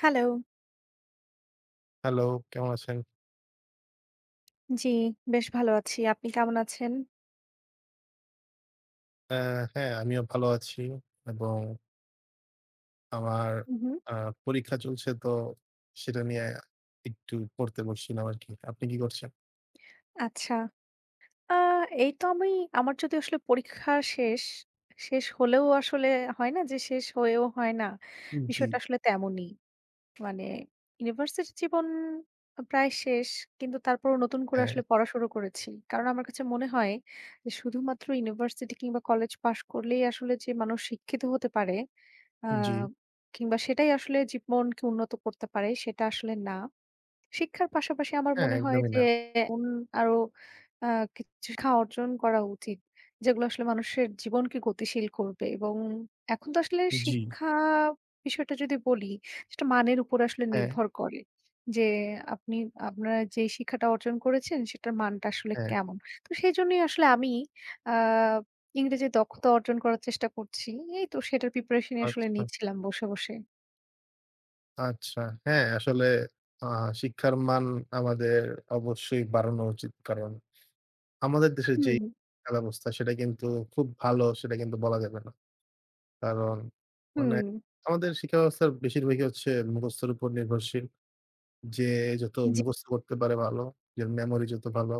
Hello. Hello, কেমন আছেন? জি, বেশ ভালো আছি। আপনি কেমন আছেন? অ্যা হ্যাঁ, আমিও ভালো আছি এবং আমার হু, হু। আ পরীক্ষা চলছে তো সেটা নিয়ে একটু পড়তে বসছিলাম আরকি। আপনি কি করছেন? আচ্ছা। আ এই তো আমি আমার যদি আসলে পরীক্ষা শেষ, শেষ হলেও আসলে হয় না যে শেষ হয়েও হয় না। জি, বিষয়টা আসলে তেমনই। মানে ইউনিভার্সিটি জীবন প্রায় শেষ। কিন্তু তারপরও নতুন করে হ্যাঁ, আসলে পড়া শুরু করেছি। কারণ আমার কাছে মনে হয় যে শুধুমাত্র ইউনিভার্সিটি কিংবা কলেজ পাশ করলেই আসলে যে মানুষ শিক্ষিত হতে পারে আ জি, কিংবা সেটাই আসলে জীবনকে উন্নত করতে পারে সেটা আসলে না। শিক্ষার পাশাপাশি আমার হ্যাঁ, মনে হয় একদমই যে না। এমন আরো আ কিছু শিক্ষা অর্জন করা উচিত। যেগুলো আসলে মানুষের জীবনকে গতিশীল করবে এবং এখন তো আসলে জি, শিক্ষা বিষয়টা যদি বলি, সেটা মানের উপর আসলে হ্যাঁ, নির্ভর করে। যে আপনি আপনারা যে শিক্ষাটা অর্জন করেছেন সেটার মানটা আসলে হ্যাঁ, কেমন? তো সেজন্যই আসলে আমি আ ইংরেজির দক্ষতা অর্জন করার চেষ্টা করছি। এই তো সেটার প্রিপারেশনই আসলে আচ্ছা, নিচ্ছিলাম বসে, বসে। আচ্ছা। হ্যাঁ, আসলে আ শিক্ষার মান আমাদের অবশ্যই বাড়ানো উচিত। কারণ আমাদের দেশের যেই হুম, শিক্ষা ব্যবস্থা সেটা কিন্তু খুব ভালো সেটা কিন্তু বলা যাবে না। কারণ মানে হুম। আমাদের শিক্ষা ব্যবস্থার বেশিরভাগই হচ্ছে মুখস্থের উপর নির্ভরশীল। যে যত জি। মুখস্থ করতে পারে ভালো, যে মেমোরি যত ভালো,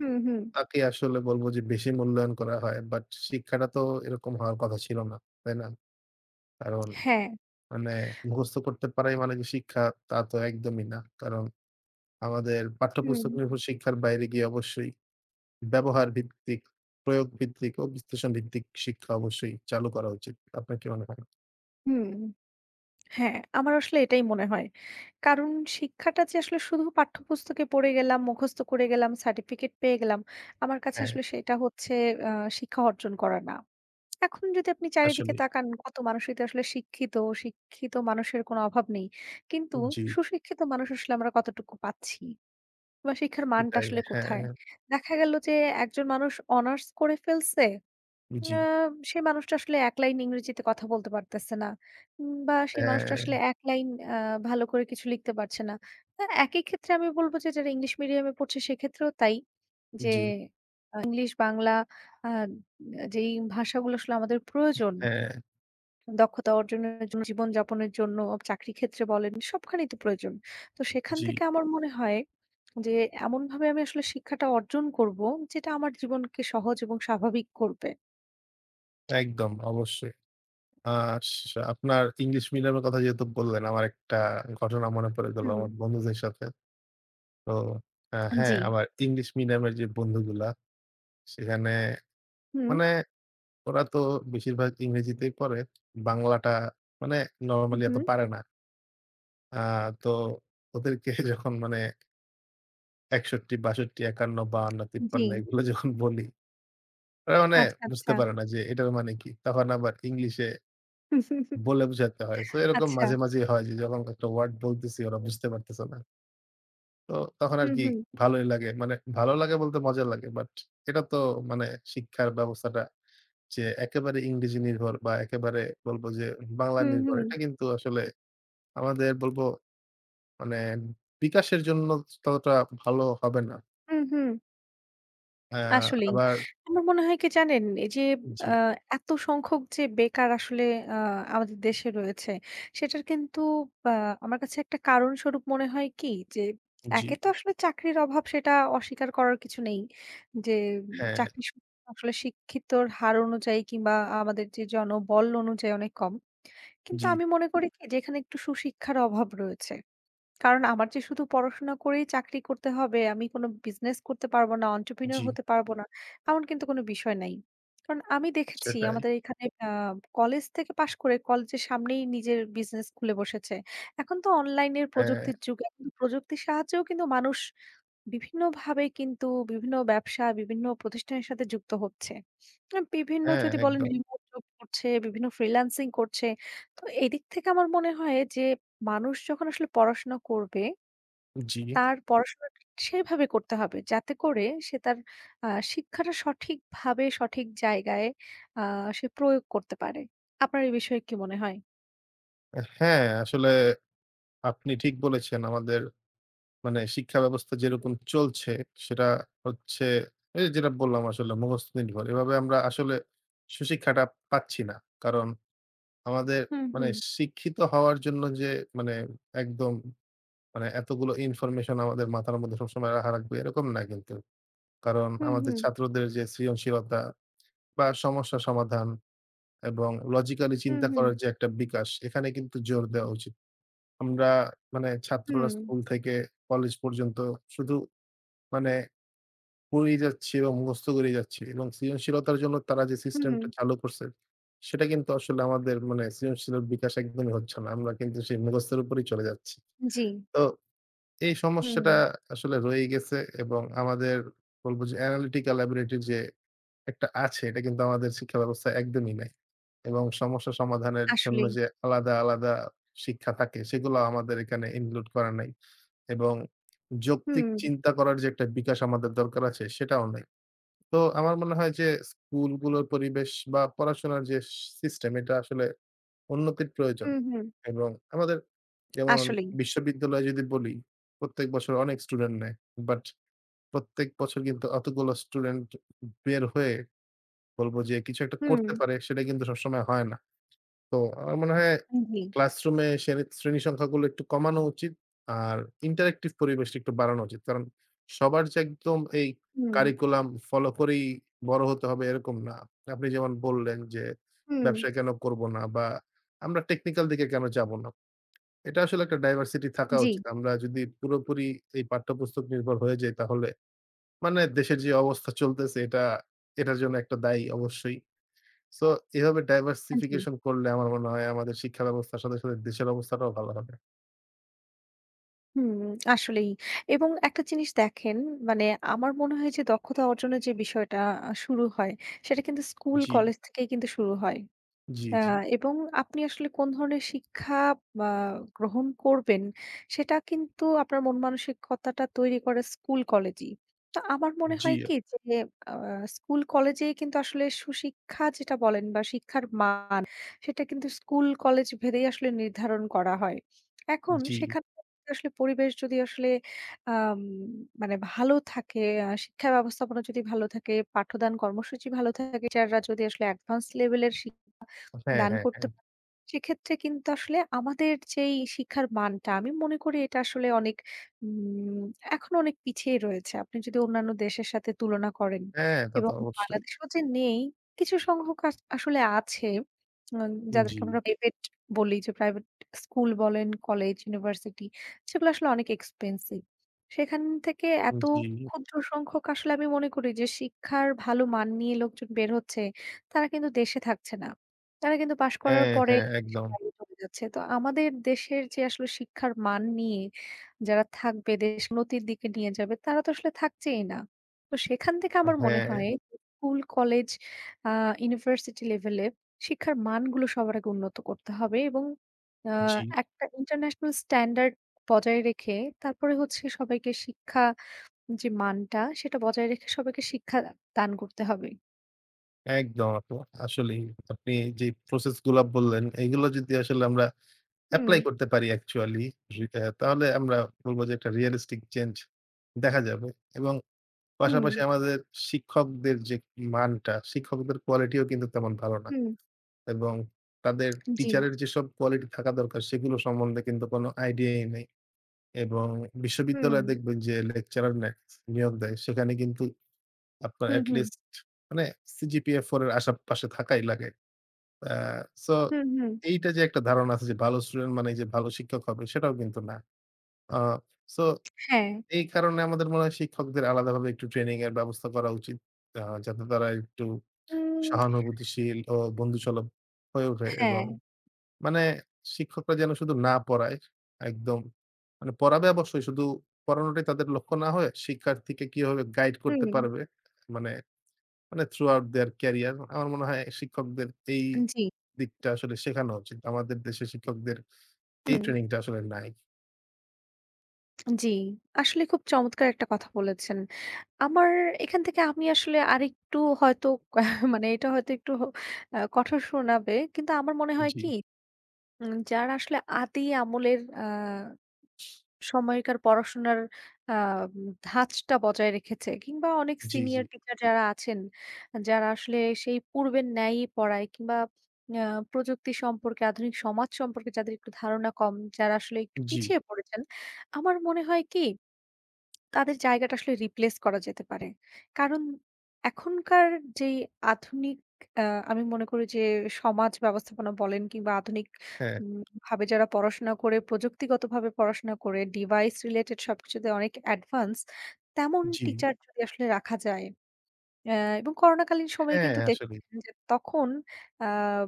হুম, হুম। তাকে আসলে বলব যে বেশি মূল্যায়ন করা হয়। বাট শিক্ষাটা তো এরকম হওয়ার কথা ছিল না, তাই না? কারণ হ্যাঁ। মানে মুখস্থ করতে পারাই মানে যে শিক্ষা তা তো একদমই না। কারণ আমাদের হুম, পাঠ্যপুস্তক নির্ভর শিক্ষার বাইরে গিয়ে অবশ্যই ব্যবহার ভিত্তিক, প্রয়োগ ভিত্তিক ও বিশ্লেষণ ভিত্তিক শিক্ষা অবশ্যই চালু করা উচিত। আপনার কি মনে হয়? হুম। হ্যাঁ, আমার আসলে এটাই মনে হয়। কারণ শিক্ষাটা যে আসলে শুধু পাঠ্যপুস্তকে পড়ে গেলাম, মুখস্থ করে গেলাম, সার্টিফিকেট পেয়ে গেলাম। আমার কাছে হ্যাঁ, আসলে সেটা হচ্ছে আ শিক্ষা অর্জন করা না। এখন যদি আপনি চারিদিকে আসলেই। তাকান কত মানুষই তো আসলে শিক্ষিত, শিক্ষিত মানুষের কোনো অভাব নেই। কিন্তু জি। সুশিক্ষিত মানুষ আসলে আমরা কতটুকু পাচ্ছি? বা শিক্ষার মানটা এটাই। আসলে হ্যাঁ, কোথায়? দেখা গেল যে একজন মানুষ অনার্স করে ফেলছে জি। আ সেই মানুষটা আসলে এক লাইন ইংরেজিতে কথা বলতে পারতেছে না। বা সেই মানুষটা হ্যাঁ, আসলে এক লাইন আ ভালো করে কিছু লিখতে পারছে না। একই ক্ষেত্রে আমি বলব যে যারা ইংলিশ মিডিয়ামে পড়ছে সেক্ষেত্রেও তাই। যে জি। ইংলিশ, বাংলা আ যেই ভাষাগুলো আসলে আমাদের প্রয়োজন হ্যাঁ, দক্ষতা অর্জনের জন্য, জীবনযাপনের জন্য, চাকরির ক্ষেত্রে বলেন সবখানেই তো প্রয়োজন। তো সেখান জি। থেকে আমার মনে হয় যে এমনভাবে আমি আসলে শিক্ষাটা অর্জন করব যেটা আমার জীবনকে সহজ এবং স্বাভাবিক করবে। একদম অবশ্যই। আ স আপনার ইংলিশ মিডিয়ামের কথা যেহেতু বললেন, আমার একটা ঘটনা মনে পড়ে গেল হুম। আমার বন্ধুদের সাথে। তো হ্যাঁ, জি। আমার ইংলিশ মিডিয়ামের যে বন্ধুগুলা, সেখানে হুম, মানে ওরা তো বেশিরভাগ ইংরেজিতেই পড়ে। বাংলাটা মানে হু, নরমালি এত হু। পারে না। আ তো ওদেরকে যখন মানে ৬১, ৬২, ৫১, ৫২, জি। ৫৩ এগুলো যখন বলি ওরা মানে আচ্ছা, বুঝতে আচ্ছা। পারে না যে এটার মানে কি? তখন আবার ইংলিশে বলে বুঝাতে হয়। সো এরকম আচ্ছা। মাঝে, মাঝেই হয় যে যখন একটা ওয়ার্ড বলতেছি ওরা বুঝতে পারতেছে না। তো তখন হুম, আরকি হুম। ভালোই লাগে। মানে ভালো লাগে বলতে মজা লাগে। বাট এটা তো মানে শিক্ষার ব্যবস্থাটা যে একেবারে ইংরেজি নির্ভর বা একেবারে বলবো যে বাংলা হুম, নির্ভর হুম। এটা কিন্তু আসলে আমাদের বলবো মানে বিকাশের জন্য ততটা ভালো হবে না। হুম, হুম। অ্যা আসলেই। আবার আমার মনে হয় কি জানেন? এই যে জি, আ এত সংখ্যক যে বেকার আসলে আ আমাদের দেশে রয়েছে, সেটার কিন্তু আ আমার কাছে একটা কারণস্বরূপ মনে হয় কি? যে জি, একে তো আসলে চাকরির অভাব সেটা অস্বীকার করার কিছু নেই। যে হ্যাঁ, চাকরি সু আসলে শিক্ষিতর হার অনুযায়ী কিংবা আমাদের যে জনবল অনুযায়ী অনেক কম। কিন্তু জি, আমি মনে করি কি যে এখানে একটু সুশিক্ষার অভাব রয়েছে। কারণ আমার যে শুধু পড়াশোনা করেই চাকরি করতে হবে, আমি কোনো বিজনেস করতে পারবো না, entrepreneur জি, হতে পারবো না, এমন কিন্তু কোনো বিষয় নাই। কারণ আমি দেখেছি সেটাই। আমাদের এখানে কলেজ থেকে পাশ করে কলেজের সামনেই নিজের বিজনেস খুলে বসেছে। এখন তো অনলাইনের হ্যাঁ, প্রযুক্তির যুগ। এখন তো প্রযুক্তির সাহায্যেও কিন্তু মানুষ বিভিন্নভাবে কিন্তু বিভিন্ন ব্যবসা, বিভিন্ন প্রতিষ্ঠানের সাথে যুক্ত হচ্ছে। বিভিন্ন হ্যাঁ, যদি বলেন একদম। রিমোট জব করছে, বিভিন্ন ফ্রিল্যান্সিং করছে। তো এদিক থেকে আমার মনে হয় যে মানুষ যখন আসলে পড়াশোনা করবে, জি। তার পড়াশোনা সেভাবে করতে হবে যাতে করে সে তার আ শিক্ষাটা সঠিকভাবে সঠিক জায়গায় আ সে প্রয়োগ করতে পারে। আপনার এই বিষয়ে কি মনে হয়? হ্যাঁ, আসলে আপনি ঠিক বলেছেন। আমাদের মানে শিক্ষা ব্যবস্থা যেরকম চলছে সেটা হচ্ছে এই যেটা বললাম আসলে মুখস্থ নির্ভর। এভাবে আমরা আসলে সুশিক্ষাটা পাচ্ছি না। কারণ আমাদের হুম, মানে হুম, শিক্ষিত হওয়ার জন্য যে মানে একদম মানে এতগুলো ইনফরমেশন আমাদের মাথার মধ্যে সবসময় রাখা লাগবে এরকম না কিন্তু। কারণ হুম, আমাদের হুম, ছাত্রদের যে সৃজনশীলতা বা সমস্যা সমাধান এবং লজিক্যালি হুম, চিন্তা হুম, করার যে একটা বিকাশ এখানে কিন্তু জোর দেওয়া উচিত। আমরা মানে ছাত্ররা হুম, স্কুল থেকে কলেজ পর্যন্ত শুধু মানে পড়েই যাচ্ছি এবং মুখস্থ করেই যাচ্ছি এবং সৃজনশীলতার জন্য তারা যে হুম, হুম, সিস্টেমটা চালু করছে, সেটা কিন্তু আসলে আমাদের মানে সৃজনশীল বিকাশ একদমই হচ্ছে না। আমরা কিন্তু সেই মুখস্থের উপরেই চলে যাচ্ছি। জি, তো এই হুম, সমস্যাটা আসলে রয়েই গেছে এবং আমাদের বলবো যে analytical ability যে একটা আছে, এটা কিন্তু আমাদের শিক্ষা ব্যবস্থায় একদমই নাই। এবং সমস্যা সমাধানের জন্য আসলেই, যে আলাদা, আলাদা শিক্ষা থাকে, সেগুলো আমাদের এখানে include করা নাই। এবং যৌক্তিক হুম। চিন্তা করার যে একটা বিকাশ আমাদের দরকার আছে সেটাও নাই। তো আমার মনে হয় যে স্কুলগুলোর পরিবেশ বা পড়াশোনার যে সিস্টেম এটা আসলে উন্নতির প্রয়োজন। হুম, হুম। এবং আমাদের যেমন আসলেই। বিশ্ববিদ্যালয়ে যদি বলি, প্রত্যেক বছর অনেক স্টুডেন্ট নেয়। বাট প্রত্যেক বছর কিন্তু অতগুলো স্টুডেন্ট বের হয়ে বলব যে কিছু একটা হুম, করতে পারে সেটা কিন্তু সবসময় হয় না। তো আমার মনে হয় জি। ক্লাসরুমে শ্রেণী শ্রেণী সংখ্যাগুলো একটু কমানো উচিত। আর ইন্টারেক্টিভ পরিবেশটা একটু বাড়ানো উচিত। কারণ সবার যে একদম এই হুম, কারিকুলাম ফলো করেই বড় হতে হবে এরকম না। আপনি যেমন বললেন যে, হুম, ব্যবসা কেন করব না বা আমরা টেকনিক্যাল দিকে কেন যাব না? এটা আসলে একটা ডাইভার্সিটি থাকা জি, উচিত। আমরা যদি পুরোপুরি এই পাঠ্যপুস্তক নির্ভর হয়ে যাই তাহলে মানে দেশের যে অবস্থা চলতেছে এটা এটার জন্য একটা দায়ী অবশ্যই। সো এভাবে জি। ডাইভার্সিফিকেশন করলে আমার মনে হয় আমাদের শিক্ষা ব্যবস্থার সাথে, সাথে দেশের অবস্থাটাও ভালো হবে। হুম, আসলেই। এবং একটা জিনিস দেখেন মানে আমার মনে হয় যে দক্ষতা অর্জনের যে বিষয়টা শুরু হয় সেটা কিন্তু স্কুল, জি, কলেজ থেকেই কিন্তু শুরু হয়। জি, আ জি। এবং আপনি আসলে কোন ধরনের শিক্ষা বা গ্রহণ করবেন, সেটা কিন্তু আপনার মন মানসিকতাটা তৈরি করে স্কুল, কলেজই। তো আমার মনে জি, হয় কি যে আ স্কুল, কলেজেই কিন্তু আসলে সুশিক্ষা যেটা বলেন বা শিক্ষার মান, সেটা কিন্তু স্কুল, কলেজ ভেদেই আসলে নির্ধারণ করা হয়। এখন জি। সেখানে আসলে পরিবেশ যদি আসলে আম মানে ভালো থাকে, শিক্ষা ব্যবস্থাপনা যদি ভালো থাকে, পাঠদান কর্মসূচি ভালো থাকে, টিচাররা যদি আসলে অ্যাডভান্স লেভেলের শিক্ষা হ্যাঁ, দান হ্যাঁ, করতে হ্যাঁ। পারে। সেক্ষেত্রে কিন্তু আসলে আমাদের যেই শিক্ষার মানটা আমি মনে করি এটা আসলে অনেক উম এখনো অনেক পিছিয়ে রয়েছে। আপনি যদি অন্যান্য দেশের সাথে তুলনা করেন হ্যাঁ, তা তো এবং অবশ্যই। বাংলাদেশেও যে নেই কিছু সংখ্যক আসলে আছে জি, যাদেরকে আমরা প্রাইভেট বলি যে প্রাইভেট স্কুল বলেন, কলেজ, ইউনিভার্সিটি সেগুলো আসলে অনেক এক্সপেন্সিভ। সেখান থেকে এত জি। ক্ষুদ্র সংখ্যক আসলে আমি মনে করি যে শিক্ষার ভালো মান নিয়ে লোকজন বের হচ্ছে, তারা কিন্তু দেশে থাকছে না। তারা কিন্তু পাশ করার হ্যাঁ, পরে হ্যাঁ, দেশের একদম। বাইরে চলে যাচ্ছে। তো আমাদের দেশের যে আসলে শিক্ষার মান নিয়ে যারা থাকবে, দেশ উন্নতির দিকে নিয়ে যাবে, তারা তো আসলে থাকছেই না। তো সেখান থেকে আমার মনে হ্যাঁ, হয় স্কুল, কলেজ, আ ইউনিভার্সিটি লেভেলে শিক্ষার মানগুলো সবার আগে উন্নত করতে হবে এবং আ জি। একটা ইন্টারন্যাশনাল স্ট্যান্ডার্ড বজায় রেখে তারপরে হচ্ছে সবাইকে শিক্ষা যে মানটা সেটা বজায় রেখে সবাইকে শিক্ষা দান করতে হবে। একদম আপু। আসলেই আপনি যে প্রসেস গুলা বললেন, এগুলো যদি আসলে আমরা হুম, এপ্লাই করতে পারি অ্যাকচুয়ালি, রি অ্যা তাহলে আমরা বলব যে একটা রিয়ালিস্টিক চেঞ্জ দেখা যাবে এবং হুম, পাশাপাশি আমাদের শিক্ষকদের যে মানটা, শিক্ষকদের কোয়ালিটিও কিন্তু তেমন ভালো না। হুম, এবং তাদের জি। টিচারের যেসব কোয়ালিটি থাকা দরকার সেগুলো সম্বন্ধে কিন্তু কোনো আইডিয়াই নেই। এবং হুম। বিশ্ববিদ্যালয়ে দেখবেন যে লেকচারার নেয় নিয়োগ দেয় সেখানে কিন্তু আপনার হুম, হুম। এটলিস্ট মানে সিজিপিএ 4 এর আশেপাশে থাকাই লাগে। আ সো হুম, হুম। এইটা যে একটা ধারণা আছে যে ভালো স্টুডেন্ট মানেই যে ভালো শিক্ষক হবে সেটাও কিন্তু না। আ সো হ্যাঁ। এই কারণে আমাদের মনে হয় শিক্ষকদের আলাদাভাবে একটু ট্রেনিং এর ব্যবস্থা করা উচিত। যাতে তারা একটু উম সহানুভূতিশীল ও বন্ধুসুলভ হয়ে ওঠে এবং হ্যাঁ। মানে শিক্ষকরা যেন শুধু না পড়ায়, একদম মানে পড়াবে অবশ্যই শুধু পড়ানোটাই তাদের লক্ষ্য না হয়ে শিক্ষার্থীকে কিভাবে গাইড হুম। করতে পারবে মানে, মানে থ্রু আউট দেয়ার ক্যারিয়ার। আমার মনে হয় শিক্ষকদের এই জি। দিকটা আসলে শেখানো উচিত। আমাদের দেশে শিক্ষকদের এই হুম। ট্রেনিংটা আসলে নাই। জি। আসলে খুব চমৎকার একটা কথা বলেছেন। আমার এখান থেকে আমি আসলে আরেকটু হয়তো মানে এটা হয়তো একটু কঠোর শোনাবে। কিন্তু আমার মনে হয় জি, কি যারা আসলে আদি আমলের সময়কার পড়াশোনার আ ধাঁচটা বজায় রেখেছে কিংবা অনেক জি, জি, সিনিয়র টিচার যারা আছেন, যারা আসলে সেই পূর্বের ন্যায়ই পড়ায় কিংবা আ প্রযুক্তি সম্পর্কে, আধুনিক সমাজ সম্পর্কে যাদের একটু ধারণা কম, যারা আসলে একটু জি, পিছিয়ে পড়েছেন। আমার মনে হয় কি তাদের জায়গাটা আসলে রিপ্লেস করা যেতে পারে। কারণ এখনকার যেই আধুনিক আ আমি মনে করি যে সমাজ ব্যবস্থাপনা বলেন কিংবা আধুনিক হ্যাঁ, ভাবে যারা পড়াশোনা করে, প্রযুক্তিগতভাবে পড়াশোনা করে ডিভাইস রিলেটেড সবকিছুতে অনেক অ্যাডভান্স, তেমন জি, টিচার যদি আসলে রাখা যায় অ্যা এবং করোনাকালীন সময়ে হ্যাঁ কিন্তু আসলে। দেখেছেন যে তখন আ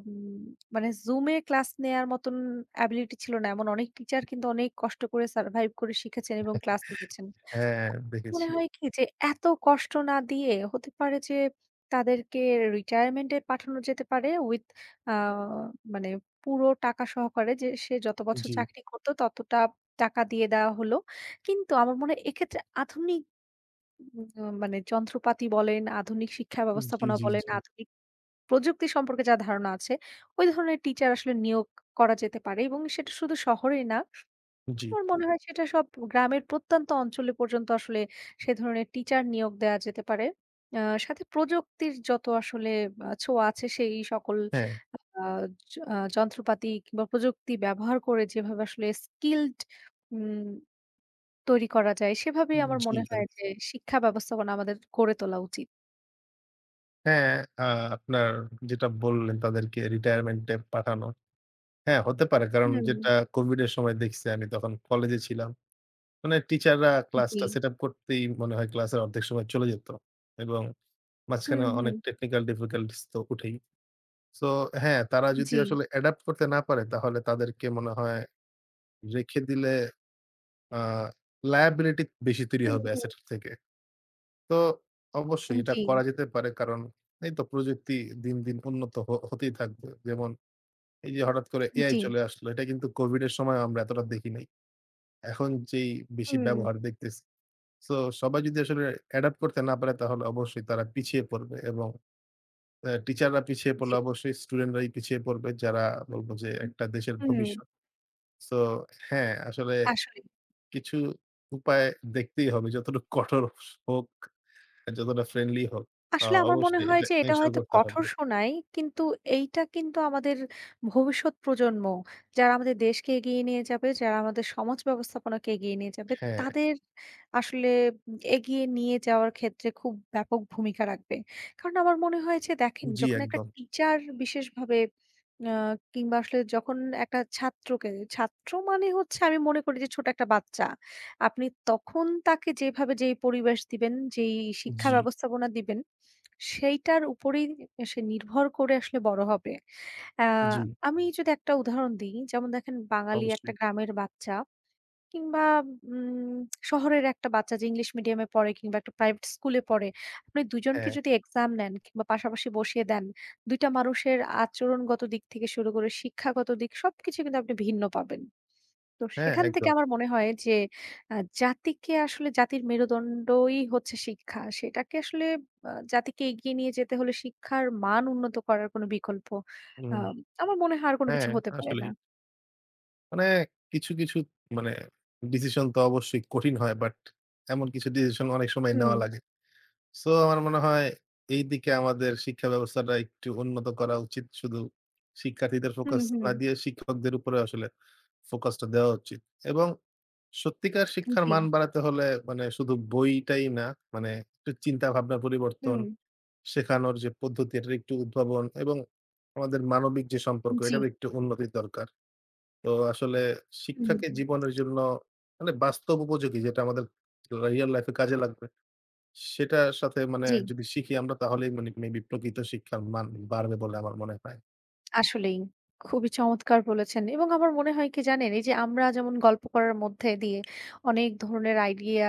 উম মানে Zoom এ ক্লাস নেয়ার মতন অ্যাবিলিটি ছিল না। এমন অনেক টিচার কিন্তু অনেক কষ্ট করে সারভাইভ করে শিখেছেন এবং ক্লাস নিয়েছেন। হ্যাঁ, দেখেছি। মনে হয় কি যে এত কষ্ট না দিয়ে হতে পারে যে তাদেরকে রিটায়ারমেন্ট এ পাঠানো যেতে পারে উইথ আ মানে পুরো টাকা সহকারে যে সে যত বছর জি, চাকরি করত ততটা টাকা দিয়ে দেওয়া হলো। কিন্তু আমার মনে হয় এক্ষেত্রে আধুনিক মানে যন্ত্রপাতি বলেন, আধুনিক শিক্ষা জি, ব্যবস্থাপনা জি, বলেন, জি, আধুনিক প্রযুক্তি সম্পর্কে যা ধারণা আছে, ওই ধরনের টিচার আসলে নিয়োগ করা যেতে পারে এবং সেটা শুধু শহরেই না জি। আমার মনে হয় সেটা সব গ্রামের প্রত্যন্ত অঞ্চলে পর্যন্ত আসলে সে ধরনের টিচার নিয়োগ দেয়া যেতে পারে। আ সাথে প্রযুক্তির যত আসলে ছোঁয়া আছে সেই সকল হ্যাঁ, আ যন্ত্রপাতি কিংবা প্রযুক্তি ব্যবহার করে যেভাবে আসলে স্কিলড উম তৈরি করা যায় সেভাবেই আমার জি মনে ভাই। হয় যে শিক্ষা ব্যবস্থাপনা আমাদের গড়ে তোলা উচিত। হ্যাঁ, আ আপনার যেটা বললেন তাদেরকে রিটায়ারমেন্টে পাঠানো। হ্যাঁ, হতে পারে। কারণ হুম, যেটা কোভিড এর সময় দেখছি আমি তখন কলেজে ছিলাম। মানে টিচাররা জি। ক্লাসটা সেটআপ করতেই মনে হয় ক্লাসের অর্ধেক সময় চলে যেত। এবং মাঝখানে হুম, অনেক হুম। টেকনিক্যাল ডিফিকাল্টিজ তো উঠেই। সো হ্যাঁ, তারা যদি জি। আসলে অ্যাডাপ্ট করতে না পারে তাহলে তাদেরকে মনে হয় রেখে দিলে আ লায়াবিলিটি বেশি তৈরি হুম, হবে হুম। অ্যাসেট থেকে। তো অবশ্যই এটা জি, করা যেতে পারে। কারণ এই তো প্রযুক্তি দিন, দিন উন্নত হতেই থাকবে। যেমন এই যে হঠাৎ করে এআই জি। চলে আসলো। এটা কিন্তু COVID এর সময় আমরা এতটা দেখি নাই। এখন যেই বেশি হুম, ব্যবহার দেখতেছি। সো সবাই যদি আসলে অ্যাডাপ্ট করতে না পারে তাহলে অবশ্যই তারা পিছিয়ে পড়বে এবং টিচাররা পিছিয়ে জি। পড়লে অবশ্যই স্টুডেন্টরাই পিছিয়ে পড়বে। যারা বলব যে হুম। একটা দেশের হুম, ভবিষ্যৎ। সো হ্যাঁ, আসলে আসলেই। কিছু উপায় দেখতেই হবে যতটুকু কঠোর হোক। যতটা ফ্রেন্ডলি হোক, আসলে আমার মনে অবশ্যই হয় এটা যে এটা এনশিওর হয়তো করতে কঠোর হবে। শোনায়, কিন্তু এইটা কিন্তু আমাদের ভবিষ্যৎ প্রজন্ম যারা আমাদের দেশকে এগিয়ে নিয়ে যাবে, যারা আমাদের সমাজ ব্যবস্থাপনাকে এগিয়ে নিয়ে যাবে, হ্যাঁ, তাদের আসলে এগিয়ে নিয়ে যাওয়ার ক্ষেত্রে খুব ব্যাপক ভূমিকা রাখবে। কারণ আমার মনে হয় যে দেখেন জি যখন একটা একদম। টিচার বিশেষভাবে আ কিংবা আসলে যখন একটা ছাত্রকে, ছাত্র মানে হচ্ছে আমি মনে করি যে ছোট একটা বাচ্চা। আপনি তখন তাকে যেভাবে যেই পরিবেশ দিবেন, যেই শিক্ষা জি, ব্যবস্থাপনা দিবেন সেইটার উপরেই সে নির্ভর করে আসলে বড় হবে। আ জি, আমি যদি একটা উদাহরণ দিই, যেমন দেখেন বাঙালি একটা অবশ্যই। গ্রামের বাচ্চা কিংবা উম শহরের একটা বাচ্চা যে ইংলিশ মিডিয়ামে পড়ে কিংবা একটা প্রাইভেট স্কুলে পড়ে, আপনি ২ জনকে হ্যাঁ, যদি এক্সাম নেন কিংবা পাশাপাশি বসিয়ে দেন, ২ টা মানুষের আচরণগত দিক থেকে শুরু করে শিক্ষাগত দিক সবকিছু কিন্তু আপনি ভিন্ন পাবেন। তো হ্যাঁ সেখান থেকে একদম। আমার মনে হয় যে আ জাতিকে আসলে জাতির মেরুদণ্ডই হচ্ছে শিক্ষা। সেটাকে আসলে জাতিকে এগিয়ে নিয়ে যেতে হলে শিক্ষার মান উন্নত করার কোনো বিকল্প আ হুম, আমার মনে হয় আর কোনো হ্যাঁ কিছু হতে পারে না। আসলেই। মানে কিছু, কিছু মানে ডিসিশন তো অবশ্যই কঠিন হয় বাট এমন কিছু ডিসিশন অনেক সময় হুম, নেওয়া লাগে। সো আমার মনে হয় এই দিকে আমাদের শিক্ষা ব্যবস্থাটা একটু উন্নত করা উচিত। শুধু শিক্ষার্থীদের হুম, ফোকাস হুম। না দিয়ে শিক্ষকদের উপরে আসলে ফোকাসটা দেওয়া উচিত এবং সত্যিকার শিক্ষার জি, মান বাড়াতে হলে মানে শুধু বইটাই না, মানে একটু চিন্তা ভাবনা পরিবর্তন, হুম, শেখানোর যে পদ্ধতি এটার একটু উদ্ভাবন এবং আমাদের মানবিক যে সম্পর্ক জি, এটার একটু উন্নতির দরকার। তো আসলে হুম, শিক্ষাকে জীবনের জন্য মানে বাস্তব উপযোগী যেটা আমাদের রিয়াল লাইফ এ কাজে লাগবে। সেটার সাথে মানে জি। যদি শিখি আমরা তাহলেই মানে মেবি প্রকৃত শিক্ষার মান বাড়বে বলে আমার মনে হয়। আসলেই। খুবই চমৎকার বলেছেন এবং আমার মনে হয় কি জানেন? এই যে আমরা যেমন গল্প করার মধ্যে দিয়ে অনেক ধরনের আইডিয়া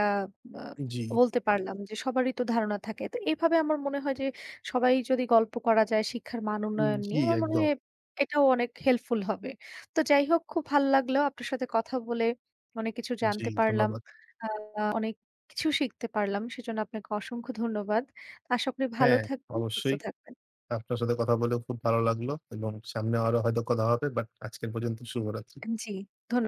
বা জি, বলতে পারলাম যে সবারই তো ধারণা থাকে। তো এভাবে আমার মনে হয় যে সবাই যদি গল্প করা যায় শিক্ষার মান উন্নয়ন জি নিয়ে, আমার মনে একদম। হয় এটাও অনেক হেল্পফুল হবে। তো যাই হোক খুব ভাল লাগলো আপনার সাথে কথা বলে। অনেক কিছু জি জানতে পারলাম। ধন্যবাদ। আ অনেক কিছু শিখতে পারলাম। সেজন্য আপনাকে অসংখ্য ধন্যবাদ। আশা করি ভালো হ্যাঁ, থাকবেন, সুস্থ অবশ্যই। থাকবেন। আপনার সাথে কথা বলেও খুব ভালো লাগলো এবং সামনে আরো হয়তো কথা হবে। বাট আজকের পর্যন্ত শুভরাত্রি। জি, ধন্য